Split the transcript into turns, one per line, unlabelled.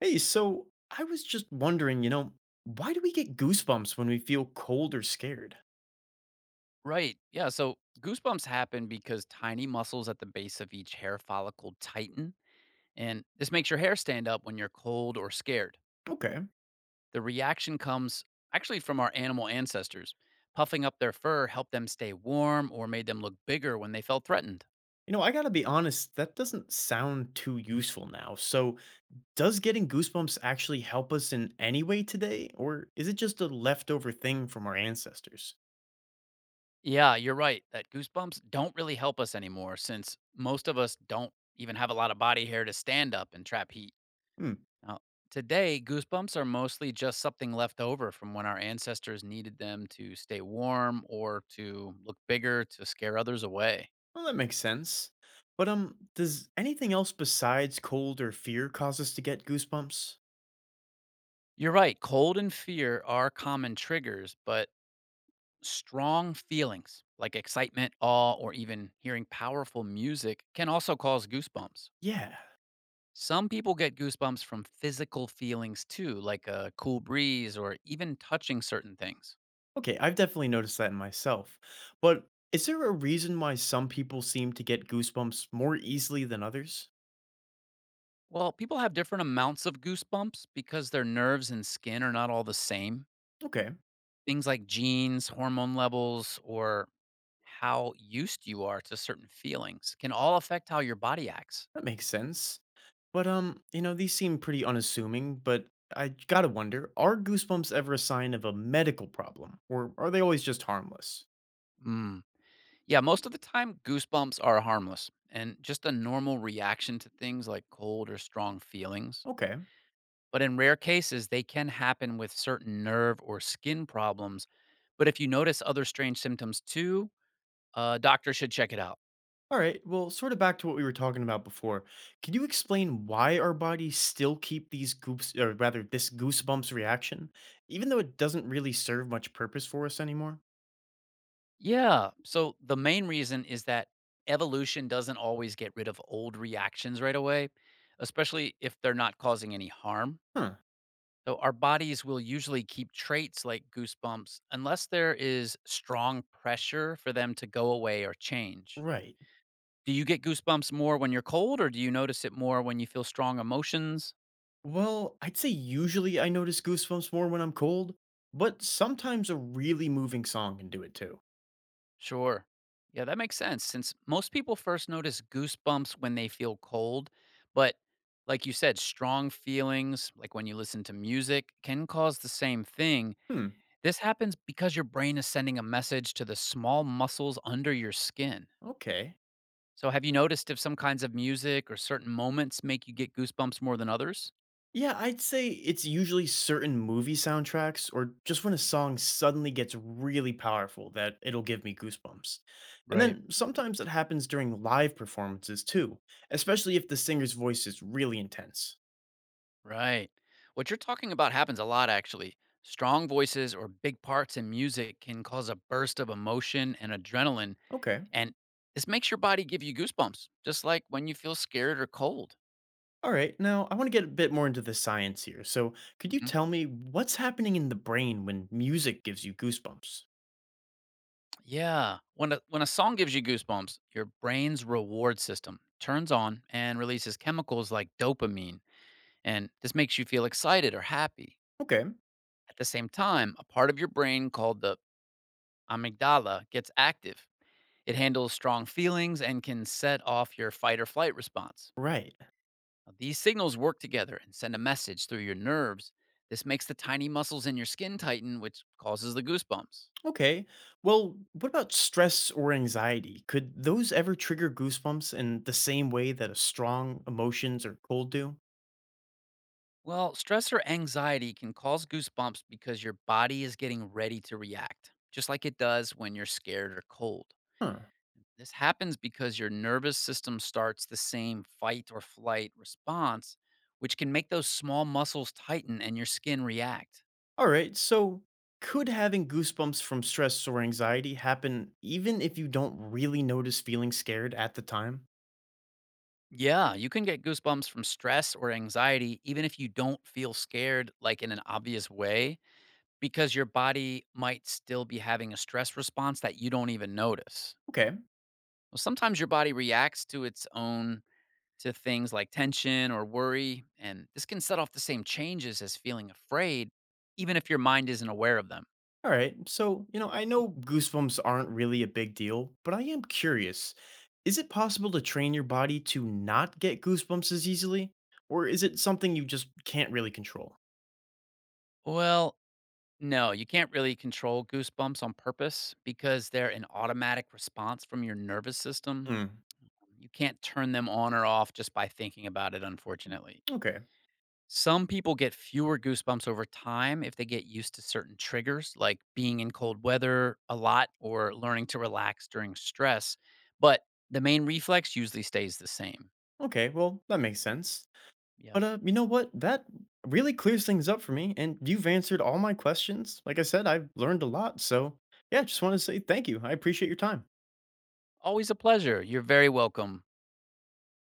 Hey, so I was just wondering, why do we get goosebumps when we feel cold or scared?
Right. Yeah. So goosebumps happen because tiny muscles at the base of each hair follicle tighten, and this makes your hair stand up when you're cold or scared.
Okay.
The reaction comes actually from our animal ancestors. Puffing up their fur helped them stay warm or made them look bigger when they felt threatened.
You know, I gotta be honest, that doesn't sound too useful now. So, does getting goosebumps actually help us in any way today, or is it just a leftover thing from our ancestors?
Yeah, you're right that goosebumps don't really help us anymore since most of us don't even have a lot of body hair to stand up and trap heat.
Hmm,
Now, today, goosebumps are mostly just something left over from when our ancestors needed them to stay warm or to look bigger to scare others away.
well, that makes sense. But, does anything else besides cold or fear cause us to get goosebumps?
You're right, cold and fear are common triggers, but strong feelings like excitement, awe, or even hearing powerful music can also cause goosebumps.
Yeah.
Some people get goosebumps from physical feelings too, like a cool breeze or even touching certain things.
Okay, I've definitely noticed that in myself. But is there a reason why some people seem to get goosebumps more easily than others?
Well, people have different amounts of goosebumps because their nerves and skin are not all the same.
Okay,
Things like genes, hormone levels, or how used you are to certain feelings can all affect how your body acts.
that makes sense. But these seem pretty unassuming, but I gotta wonder, are goosebumps ever a sign of a medical problem, or are they always just harmless?
Mm. Yeah, most of the time, goosebumps are harmless and just a normal reaction to things like cold or strong feelings.
Okay.
But in rare cases, they can happen with certain nerve or skin problems. But if you notice other strange symptoms too, a doctor should check it out.
All right, well, sort of back to what we were talking about before. Can you explain why our bodies still keep these goops, or rather, this goosebumps reaction, even though it doesn't really serve much purpose for us anymore?
Yeah. So the main reason is that evolution doesn't always get rid of old reactions right away, especially if they're not causing any harm.
Huh.
So our bodies will usually keep traits like goosebumps unless there is strong pressure for them to go away or change.
Right.
Do you get goosebumps more when you're cold or do you notice it more when you feel strong emotions?
Well, I'd say usually I notice goosebumps more when I'm cold, but sometimes a really moving song can do it too.
Sure. Yeah, that makes sense since most people first notice goosebumps when they feel cold. But like you said, strong feelings, like when you listen to music, can cause the same thing.
Hmm.
This happens because your brain is sending a message to the small muscles under your skin.
Okay.
So, have you noticed if some kinds of music or certain moments make you get goosebumps more than others?
Yeah, I'd say it's usually certain movie soundtracks or just when a song suddenly gets really powerful that it'll give me goosebumps. And
Right.
then sometimes it happens during live performances too, especially if the singer's voice is really intense.
Right. What you're talking about happens a lot, actually. Strong voices or big parts in music can cause a burst of emotion and adrenaline.
Okay.
And this makes your body give you goosebumps, just like when you feel scared or cold.
All right, now I want to get a bit more into the science here. So, could you
Mhm.
tell me what's happening in the brain when music gives you goosebumps?
Yeah. When a song gives you goosebumps, your brain's reward system turns on and releases chemicals like dopamine. And this makes you feel excited or happy.
Okay.
At the same time, a part of your brain called the amygdala gets active. It handles strong feelings and can set off your fight or flight response.
Right.
Now, these signals work together and send a message through your nerves. This makes the tiny muscles in your skin tighten, which causes the goosebumps.
Okay. Well, what about stress or anxiety? Could those ever trigger goosebumps in the same way that a strong emotions or cold do?
Well, stress or anxiety can cause goosebumps because your body is getting ready to react, just like it does when you're scared or cold.
Huh.
This happens because your nervous system starts the same fight or flight response, which can make those small muscles tighten and your skin react.
All right. So, could having goosebumps from stress or anxiety happen even if you don't really notice feeling scared at the time?
Yeah, you can get goosebumps from stress or anxiety, even if you don't feel scared, like in an obvious way, because your body might still be having a stress response that you don't even notice.
Okay.
Well, sometimes your body reacts to its own to things like tension or worry, and this can set off the same changes as feeling afraid, even if your mind isn't aware of them.
All right. So, you know, I know goosebumps aren't really a big deal, but I am curious. Is it possible to train your body to not get goosebumps as easily? Or is it something you just can't really control?
Well, no, you can't really control goosebumps on purpose because they're an automatic response from your nervous system.
Hmm.
You can't turn them on or off just by thinking about it, unfortunately.
Okay.
Some people get fewer goosebumps over time if they get used to certain triggers, like being in cold weather a lot or learning to relax during stress. But the main reflex usually stays the same.
Okay. Well, that makes sense.
Yeah.
But, you know what? That really clears things up for me. And you've answered all my questions. Like I said, I've learned a lot. So, yeah, just want to say thank you. I appreciate your time.
Always a pleasure. You're very welcome.